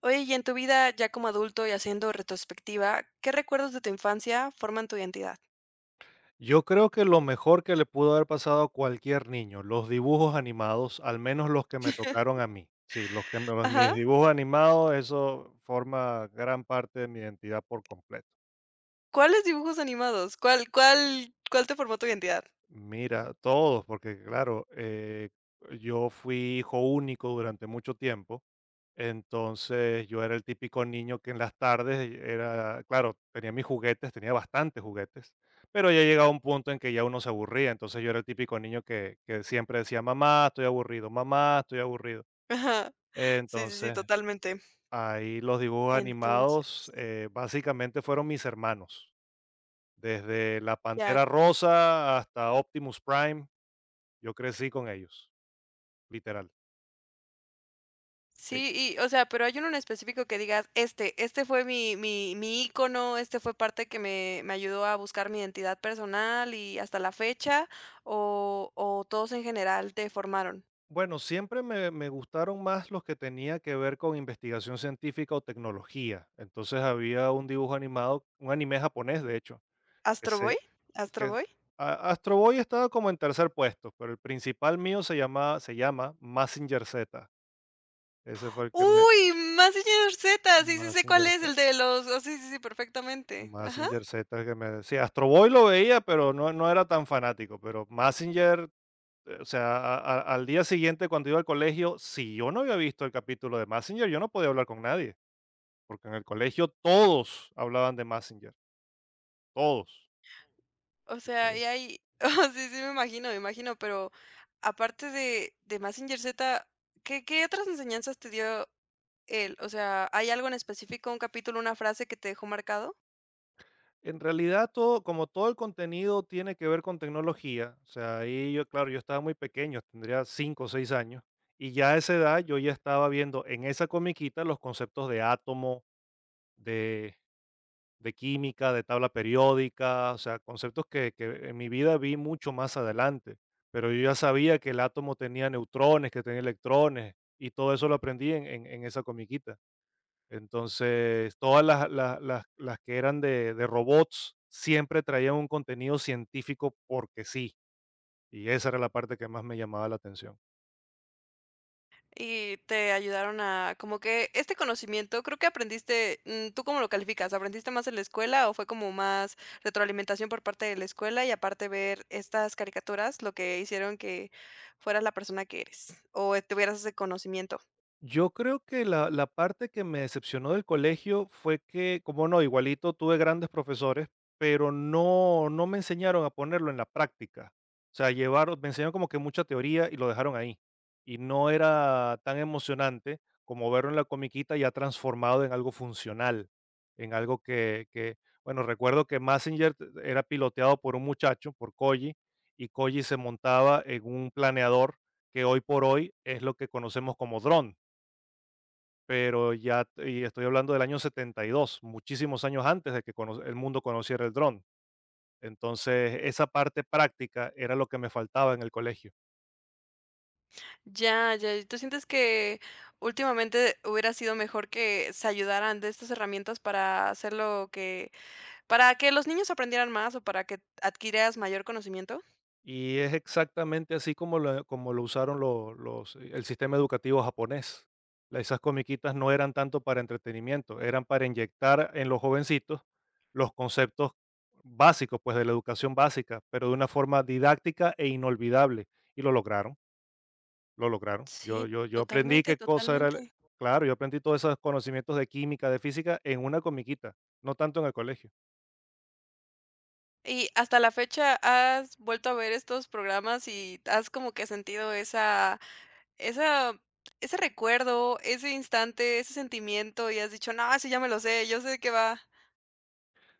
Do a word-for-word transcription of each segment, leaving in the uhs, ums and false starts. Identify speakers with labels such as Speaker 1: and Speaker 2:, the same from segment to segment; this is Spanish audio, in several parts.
Speaker 1: Oye, y en tu vida ya como adulto y haciendo retrospectiva, ¿qué recuerdos de tu infancia forman tu identidad?
Speaker 2: Yo creo que lo mejor que le pudo haber pasado a cualquier niño, los dibujos animados, al menos los que me tocaron a mí. Sí, los que me- los- mis
Speaker 1: Ajá.
Speaker 2: dibujos animados, eso forma gran parte de mi identidad por completo.
Speaker 1: ¿Cuáles dibujos animados? ¿Cuál cuál cuál te formó tu identidad?
Speaker 2: Mira, todos, porque claro, eh, yo fui hijo único durante mucho tiempo. Entonces yo era el típico niño que en las tardes era, claro, tenía mis juguetes, tenía bastantes juguetes, pero ya llegaba un punto en que ya uno se aburría. Entonces yo era el típico niño que, que siempre decía, mamá, estoy aburrido, mamá, estoy aburrido.
Speaker 1: Ajá. Sí, sí, sí,
Speaker 2: Entonces,
Speaker 1: totalmente.
Speaker 2: ahí los dibujos animados
Speaker 1: Entonces,
Speaker 2: eh, básicamente fueron mis hermanos, desde la
Speaker 1: ya.
Speaker 2: Pantera Rosa hasta Optimus Prime. Yo crecí con ellos, literal. Sí.
Speaker 1: Sí, y, o sea, pero hay uno en específico que digas, este, este fue mi mi mi ícono, este fue parte que me me ayudó a buscar mi identidad personal y hasta la fecha, o o todos en general te formaron.
Speaker 2: Bueno, siempre me, me gustaron más los que tenía que ver con investigación científica o tecnología. Entonces había un dibujo animado, un anime japonés, de hecho, que
Speaker 1: ¿Astro
Speaker 2: se,
Speaker 1: Boy? ¿Astro
Speaker 2: que
Speaker 1: Boy?
Speaker 2: a- Astro Boy estaba como en tercer puesto, pero el principal mío se llama, se llama Mazinger Z. Ese fue el que me...
Speaker 1: Uy, Mazinger Z, sí, sí sé cuál
Speaker 2: Mazinger
Speaker 1: es, el
Speaker 2: Z.
Speaker 1: de los oh, sí, sí, sí, perfectamente. Ajá.
Speaker 2: Mazinger Z es el que me decía. Astro Boy lo veía, pero no, no era tan fanático. Pero Mazinger. Eh, o sea, a a al día siguiente, cuando iba al colegio, si yo no había visto el capítulo de Messenger, yo no podía hablar con nadie, porque en el colegio todos hablaban de Messenger, todos.
Speaker 1: O
Speaker 2: Del
Speaker 1: sea, y
Speaker 2: colegio.
Speaker 1: hay oh, sí, sí, me imagino, me imagino, pero aparte de de Mazinger Z, ¿qué qué otras enseñanzas te dio él? O sea, ¿hay algo en específico, un capítulo, una frase que te dejó marcado?
Speaker 2: En realidad, todo, como todo el contenido tiene que ver con tecnología. O sea, ahí yo, claro, yo estaba muy pequeño, tendría cinco o seis años, y ya a esa edad yo ya estaba viendo en esa comiquita los conceptos de átomo, de de química, de tabla periódica. O sea, conceptos que, que en mi vida vi mucho más adelante, pero yo ya sabía que el átomo tenía neutrones, que tenía electrones, y todo eso lo aprendí en, en- en esa comiquita. Entonces, todas las, las- las- las que eran de, de robots siempre traían un contenido científico porque sí, y esa era la parte que más me llamaba la atención.
Speaker 1: Y te ayudaron a como que este conocimiento, creo que aprendiste, mm, ¿tú cómo lo calificas? ¿Aprendiste más en la escuela o fue como más retroalimentación por parte de la escuela y aparte ver estas caricaturas lo que hicieron que fueras la persona que eres o tuvieras ese conocimiento?
Speaker 2: Yo creo que la la parte que me decepcionó del colegio fue que, como no, igualito tuve grandes profesores, pero no no me enseñaron a ponerlo en la práctica. O sea, llevaron me enseñaron como que mucha teoría y lo dejaron ahí. Y no era tan emocionante como verlo en la comiquita ya transformado en algo funcional, en algo que que, bueno, recuerdo que Messenger era piloteado por un muchacho, por Koji, y Koji se montaba en un planeador que hoy por hoy es lo que conocemos como dron. Pero ya y estoy hablando del año setenta y dos, muchísimos años antes de que cono el mundo conociera el dron. Entonces, esa parte práctica era lo que me faltaba en el colegio.
Speaker 1: Ya, ya, ¿y ¿tú sientes que últimamente hubiera sido mejor que se ayudaran de estas herramientas para hacer lo que, para que los niños aprendieran más o para que adquirieras mayor conocimiento?
Speaker 2: Y es exactamente así como lo como lo usaron lo los eh, el sistema educativo japonés. La Esas comiquitas no eran tanto para entretenimiento, eran para inyectar en los jovencitos los conceptos básicos, pues, de la educación básica, pero de una forma didáctica e inolvidable, y lo lograron. Lo lograron. Yo
Speaker 1: Sí,
Speaker 2: yo yo aprendí
Speaker 1: totalmente,
Speaker 2: qué cosa era
Speaker 1: totalmente.
Speaker 2: el... Claro, yo aprendí todos esos conocimientos de química, de física en una comiquita, no tanto en el colegio.
Speaker 1: Y hasta la fecha, ¿has vuelto a ver estos programas y has como que sentido esa esa ese recuerdo, ese instante, ese sentimiento? Y has dicho: "No, ese ya me lo sé, yo sé de qué va".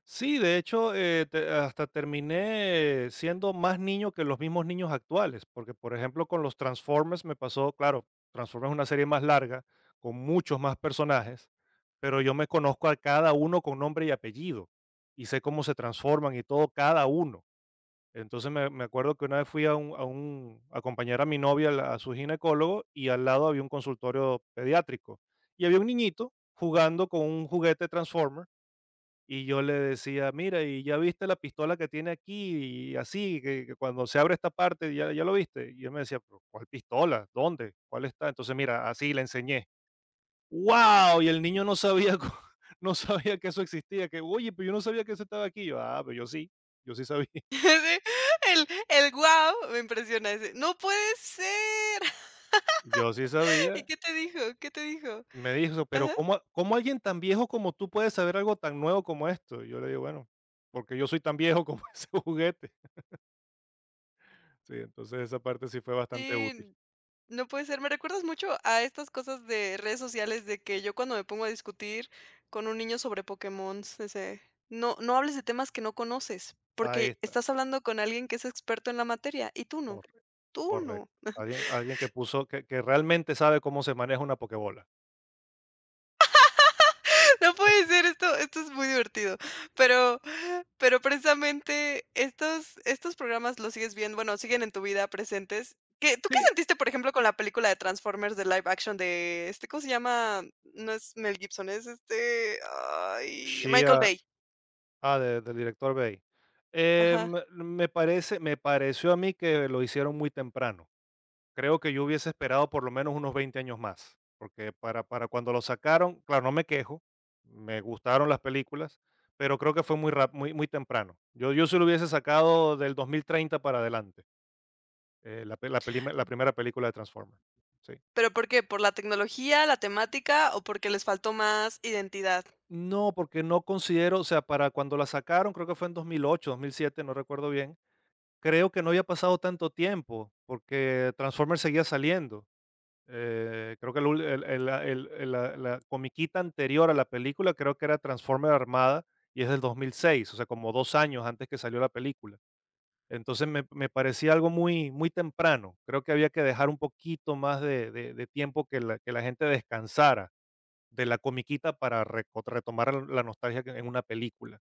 Speaker 2: Sí, de hecho, eh, te hasta terminé siendo más niño que los mismos niños actuales, porque, por ejemplo, con los Transformers me pasó. Claro, Transformers es una serie más larga, con muchos más personajes, pero yo me conozco a cada uno con nombre y apellido, y sé cómo se transforman y todo, cada uno. Entonces me, me acuerdo que una vez fui a un, a un- a acompañar a mi novia a la- a su ginecólogo, y al lado había un consultorio pediátrico y había un niñito jugando con un juguete Transformer, y yo le decía, mira, y ya viste la pistola que tiene aquí y así, que, que cuando se abre esta parte, ya, ya lo viste. Y él me decía: "Pero, ¿cuál pistola? ¿Dónde? ¿Cuál está?". Entonces mira, así le enseñé. ¡Wow! Y el niño no sabía, co- no sabía que eso existía. Que, oye, pero yo no sabía que eso estaba aquí. Yo, ah, pero yo sí, yo sí sabía.
Speaker 1: Sí, el el wow me impresiona ese. ¡No puede ser!
Speaker 2: Yo sí sabía.
Speaker 1: ¿Y qué te dijo? ¿Qué te dijo?
Speaker 2: Me dijo: "Pero,
Speaker 1: Ajá.
Speaker 2: ¿cómo ¿cómo alguien tan viejo como tú puede saber algo tan nuevo como esto?". Y yo le digo: "Bueno, porque yo soy tan viejo como ese juguete". Sí, entonces esa parte sí fue bastante útil.
Speaker 1: Sí. No puede ser, me recuerdas mucho a estas cosas de redes sociales de que yo cuando me pongo a discutir con un niño sobre Pokémon, ese, no, no hables de temas que no conoces,
Speaker 2: Ahí
Speaker 1: porque
Speaker 2: está,
Speaker 1: estás hablando con alguien que es experto en la materia y tú no,
Speaker 2: correcto,
Speaker 1: tú
Speaker 2: correcto.
Speaker 1: no.
Speaker 2: Alguien, alguien que puso que que realmente sabe cómo se maneja una pokebola.
Speaker 1: No puede ser, esto esto es muy divertido. Pero pero precisamente estos estos programas los sigues viendo, bueno, siguen en tu vida presentes. ¿Qué tú qué
Speaker 2: Sí,
Speaker 1: sentiste, por ejemplo, con la película de Transformers de live action de este, ¿cómo se llama? No es Mel Gibson, es este, ay, Michael
Speaker 2: Shia,
Speaker 1: Bay.
Speaker 2: ah, de del director Bay.
Speaker 1: Ajá.
Speaker 2: Em, me parece me pareció a mí que lo hicieron muy temprano. Creo que yo hubiese esperado por lo menos unos veinte años más, porque para para cuando lo sacaron, claro, no me quejo, me gustaron las películas, pero creo que fue muy rap muy muy temprano. Yo yo sí lo hubiese sacado del dos mil treinta para adelante, eh, la pe la pelima la primera película de Transformers, sí.
Speaker 1: ¿Pero por qué? ¿Por la tecnología, la temática o porque les faltó más identidad?
Speaker 2: No, porque no considero, o sea, para cuando la sacaron, creo que fue en dos mil ocho, dos mil siete, no recuerdo bien, creo que no había pasado tanto tiempo, porque Transformers seguía saliendo. Eh, creo que el ul el el la el el la la comiquita anterior a la película creo que era Transformer Armada, y es del dos mil seis, o sea, como dos años antes que salió la película. Entonces me me parecía algo muy muy temprano. Creo que había que dejar un poquito más de de de tiempo, que la que la gente descansara de la comiquita para reco retomar la nostalgia que en una película.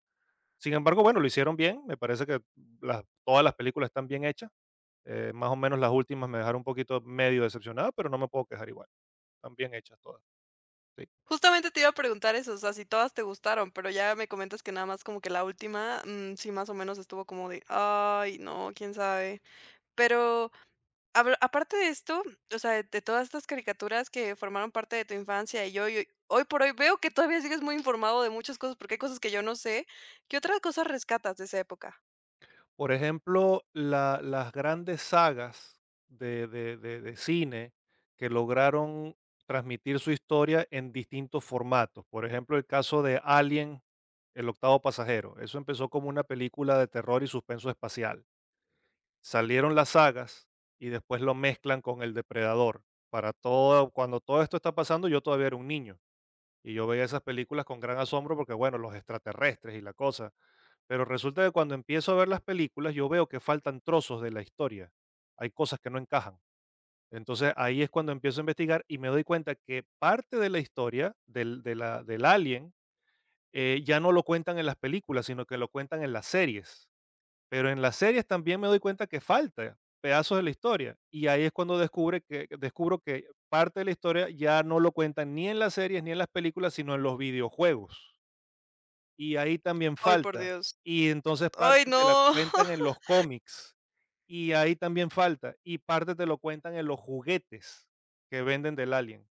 Speaker 2: Sin embargo, bueno, lo hicieron bien, me parece que las todas las películas están bien hechas. Eh, más o menos las últimas me dejaron un poquito medio decepcionado, pero no me puedo quejar, igual están bien hechas todas. Sí.
Speaker 1: Justamente te iba a preguntar eso, o sea, si todas te gustaron, pero ya me comentas que nada más como que la última, mm, sí, más o menos estuvo como de, ay, no, quién sabe. Pero habla- aparte de esto, o sea, de, de todas estas caricaturas que formaron parte de tu infancia y hoy, hoy por hoy veo que todavía sigues muy informado de muchas cosas, porque hay cosas que yo no sé. ¿Qué otras cosas rescatas de esa época?
Speaker 2: Por ejemplo, la las grandes sagas de de de de cine que lograron transmitir su historia en distintos formatos. Por ejemplo, el caso de Alien, el octavo pasajero. Eso empezó como una película de terror y suspenso espacial. Salieron las sagas y después lo mezclan con El Depredador. Para todo, cuando todo esto está pasando, yo todavía era un niño, y yo veía esas películas con gran asombro porque, bueno, los extraterrestres y la cosa. Pero resulta que cuando empiezo a ver las películas, yo veo que faltan trozos de la historia. Hay cosas que no encajan. Entonces ahí es cuando empiezo a investigar y me doy cuenta que parte de la historia del, de la- del alien, eh, ya no lo cuentan en las películas, sino que lo cuentan en las series. Pero en las series también me doy cuenta que falta pedazos de la historia, y ahí es cuando descubre que descubro que parte de la historia ya no lo cuentan ni en las series ni en las películas, sino en los videojuegos, y ahí también
Speaker 1: Ay, por
Speaker 2: falta.
Speaker 1: Dios.
Speaker 2: Y entonces
Speaker 1: Ay,
Speaker 2: parte te la
Speaker 1: no.
Speaker 2: cuentan en los cómics, y ahí también falta, y parte te lo cuentan en los juguetes que venden del Alien.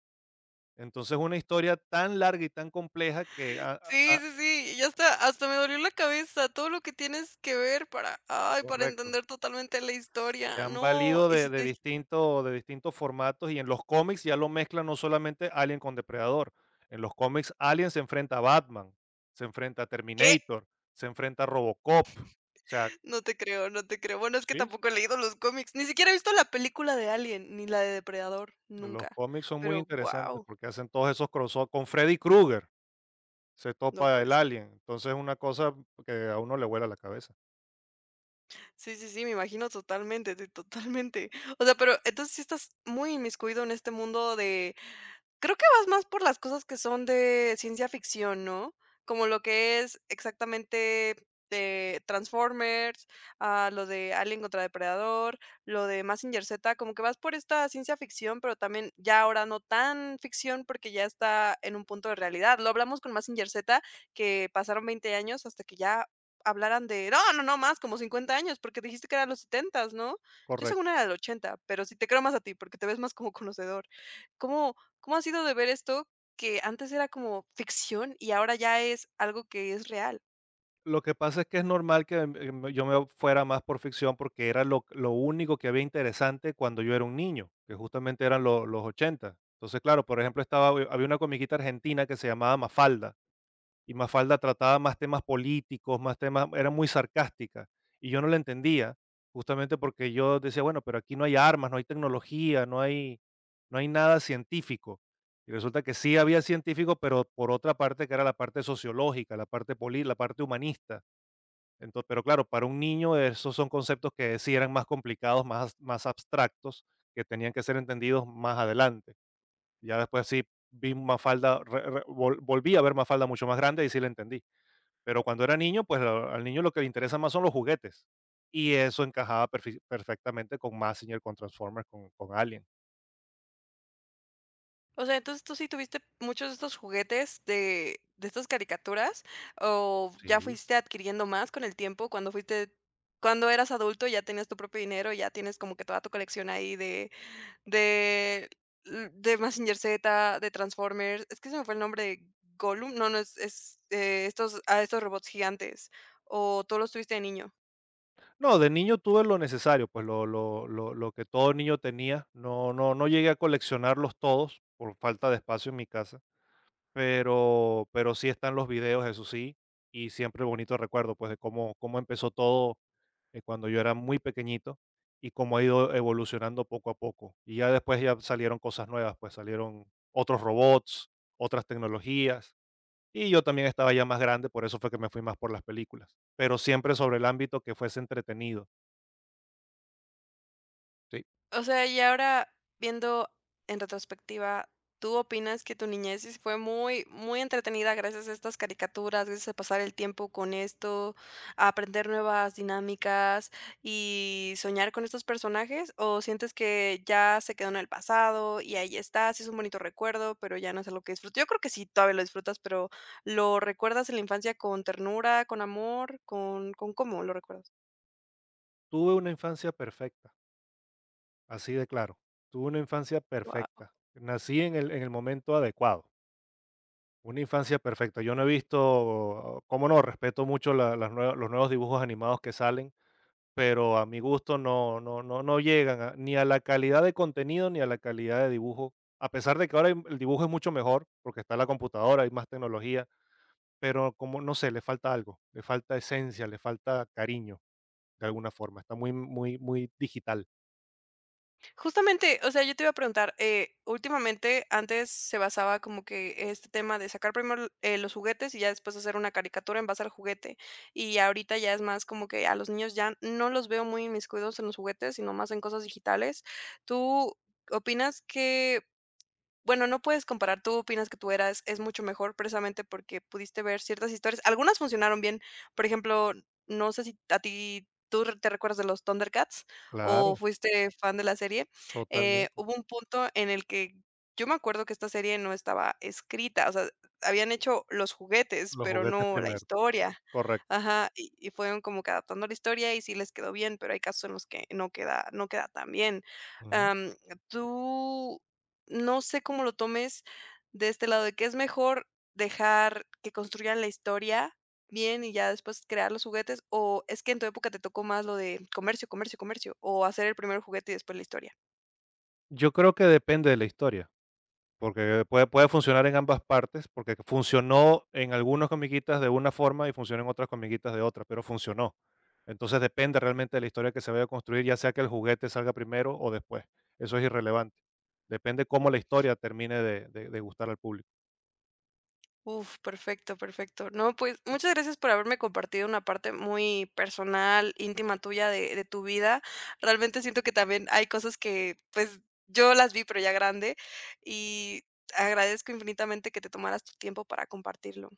Speaker 2: Entonces, una historia tan larga y tan compleja que a a
Speaker 1: Sí,
Speaker 2: a
Speaker 1: sí, sí, ya hasta hasta me dolió la cabeza, todo lo que tienes que ver para, ay, para
Speaker 2: correcto.
Speaker 1: entender totalmente la
Speaker 2: Se
Speaker 1: historia.
Speaker 2: han
Speaker 1: No,
Speaker 2: valido
Speaker 1: y
Speaker 2: de
Speaker 1: si te
Speaker 2: de
Speaker 1: dije,
Speaker 2: distintos de distintos formatos, y en los cómics ya lo mezclan no solamente Alien con Depredador. En los cómics, Alien se enfrenta a Batman, se enfrenta a
Speaker 1: ¿qué?
Speaker 2: Terminator, se enfrenta a Robocop. O sea,
Speaker 1: No te creo, no te creo. Bueno, es que
Speaker 2: sí,
Speaker 1: tampoco he leído los cómics, ni siquiera he visto la película de Alien, ni la de Depredador,
Speaker 2: los
Speaker 1: nunca.
Speaker 2: cómics son muy
Speaker 1: Pero
Speaker 2: interesantes
Speaker 1: wow,
Speaker 2: porque hacen todos esos crossover. Con Freddy Krueger se
Speaker 1: no
Speaker 2: topa
Speaker 1: puede
Speaker 2: el
Speaker 1: ser.
Speaker 2: Alien, entonces es una cosa que a uno le vuela la cabeza.
Speaker 1: Sí, sí, sí, me imagino totalmente, de- totalmente. O sea, pero entonces sí estás muy inmiscuido en este mundo de. Creo que vas más por las cosas que son de ciencia ficción, ¿no? Como lo que es exactamente de Transformers, ah, lo de Alien contra Depredador, lo de Mazinger Z, como que vas por esta ciencia ficción, pero también ya ahora no tan ficción porque ya está en un punto de realidad. Lo hablamos con Mazinger Z, que pasaron veinte años hasta que ya hablaran de, no, no, no, más como cincuenta años, porque dijiste que eran los setenta, ¿no? Yo según
Speaker 2: Correcto.
Speaker 1: era del ochenta, pero sí te creo más a ti porque te ves más como conocedor. ¿Cómo, ¿Cómo ha sido de ver esto que antes era como ficción y ahora ya es algo que es real?
Speaker 2: Lo que pasa es que es normal que em, em, yo me fuera más por ficción porque era lo, lo único que había interesante cuando yo era un niño, que justamente eran lo- los ochenta. Entonces, claro, por ejemplo, estaba, eh, había una comiquita argentina que se llamaba Mafalda, y Mafalda trataba más temas políticos, más temas, era muy sarcástica, y yo no la entendía, justamente porque yo decía, bueno, pero aquí no hay armas, no hay tecnología, no hay, no hay nada científico. Y resulta que sí había científico, pero por otra parte que era la parte sociológica, la parte poli, la parte humanista. Entonces, pero claro, para un niño esos son conceptos que sí eran más complicados, más, más abstractos, que tenían que ser entendidos más adelante. Ya después sí vi Mafalda, re- re- vol- volví a ver Mafalda mucho más grande y sí la entendí. Pero cuando era niño, pues lo- al niño lo que le interesa más son los juguetes. Y eso encajaba perfi- perfectamente con Massinger, con Transformers, con, con Alien.
Speaker 1: O sea, entonces tú sí tuviste muchos de estos juguetes de, de estas caricaturas o ya
Speaker 2: Sí.
Speaker 1: fuiste adquiriendo más con el tiempo cuando fuiste, cuando eras adulto ya tenías tu propio dinero, ya tienes como que toda tu colección ahí de, de, de Mazinger Z, de Transformers, es que se me fue el nombre de Gollum, no, no, es, es, eh, estos, a estos robots gigantes o todos los tuviste de niño.
Speaker 2: No, de niño tuve lo necesario, pues lo, lo, lo, lo que todo niño tenía. No, no, no llegué a coleccionarlos todos por falta de espacio en mi casa. Pero pero sí están los videos, eso sí, y siempre bonito recuerdo, pues, de cómo cómo empezó todo, eh, cuando yo era muy pequeñito, y cómo ha ido evolucionando poco a poco. Y ya después ya salieron cosas nuevas, pues, salieron otros robots, otras tecnologías, y yo también estaba ya más grande, por eso fue que me fui más por las películas, pero siempre sobre el ámbito que fuese entretenido, sí.
Speaker 1: O sea, y ahora viendo en retrospectiva, ¿tú opinas que tu niñez sí fue muy, muy entretenida gracias a estas caricaturas, gracias a pasar el tiempo con esto, a aprender nuevas dinámicas y soñar con estos personajes? ¿O sientes que ya se quedó en el pasado y ahí está, sí es un bonito recuerdo, pero ya no es algo que disfruto? Yo creo que sí, todavía lo disfrutas, pero ¿lo recuerdas en la infancia con ternura, con amor, con, con cómo lo recuerdas?
Speaker 2: Tuve una infancia perfecta, así de claro, tuve una infancia perfecta, nací en el en el momento adecuado. Una infancia perfecta. Yo no he visto, como no, respeto mucho la- las nue- los nuevos dibujos animados que salen, pero a mi gusto no, no, no, no llegan a- ni a la calidad de contenido ni a la calidad de dibujo. A pesar de que ahora el dibujo es mucho mejor, porque está la computadora, hay más tecnología, pero como no sé, le falta algo, le falta esencia, le falta cariño de alguna forma. Está muy, muy, muy digital.
Speaker 1: Justamente, o sea, yo te iba a preguntar, eh, últimamente antes se basaba como que este tema de sacar primero, l- eh, los juguetes y ya después hacer una caricatura en base al juguete. Y ahorita ya es más como que a los niños ya no los veo muy inmiscuidos en los juguetes, sino más en cosas digitales. ¿Tú opinas que bueno, no puedes comparar, tú opinas que tú eras es mucho mejor precisamente porque pudiste ver ciertas historias? Algunas funcionaron bien, por ejemplo, no sé si a ti tú re- te recuerdas de los ThunderCats o
Speaker 2: Claro,
Speaker 1: fuiste fan de la serie, eh,
Speaker 2: totalmente.
Speaker 1: hubo un punto en el que yo me acuerdo que esta serie no estaba escrita, o sea, habían hecho los juguetes,
Speaker 2: Los
Speaker 1: pero
Speaker 2: juguetes
Speaker 1: no la
Speaker 2: primero,
Speaker 1: historia.
Speaker 2: correcto.
Speaker 1: Ajá, y y fueron como que adaptando la historia y sí les quedó bien, pero hay casos en los que no queda no queda tan bien.
Speaker 2: Ujú.
Speaker 1: Am, ¿tú no sé cómo lo tomes de este lado, de que es mejor dejar que construyan la historia bien y ya después crear los juguetes, o es que en tu época te tocó más lo de comercio, comercio, comercio, o hacer el primer juguete y después la historia?
Speaker 2: Yo creo que depende de la historia. Porque puede, puede funcionar en ambas partes, porque funcionó en algunas comiquitas de una forma y funcionó en otras comiquitas de otra, pero funcionó. Entonces depende realmente de la historia que se vaya a construir, ya sea que el juguete salga primero o después. Eso es irrelevante. Depende cómo la historia termine de, de- de gustar al público.
Speaker 1: Uf, perfecto, perfecto. No, pues
Speaker 2: Sí.
Speaker 1: muchas gracias por haberme compartido una parte muy personal, íntima tuya de, de tu vida. Realmente siento que también hay cosas que pues yo las vi, pero ya grande, y agradezco infinitamente que te tomaras tu tiempo para compartirlo.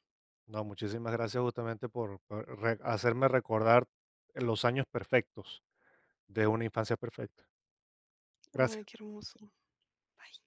Speaker 2: No, muchísimas gracias justamente por, por re- hacerme recordar los años perfectos de una infancia perfecta.
Speaker 1: Ay,
Speaker 2: Gracias.
Speaker 1: qué hermoso. Bye.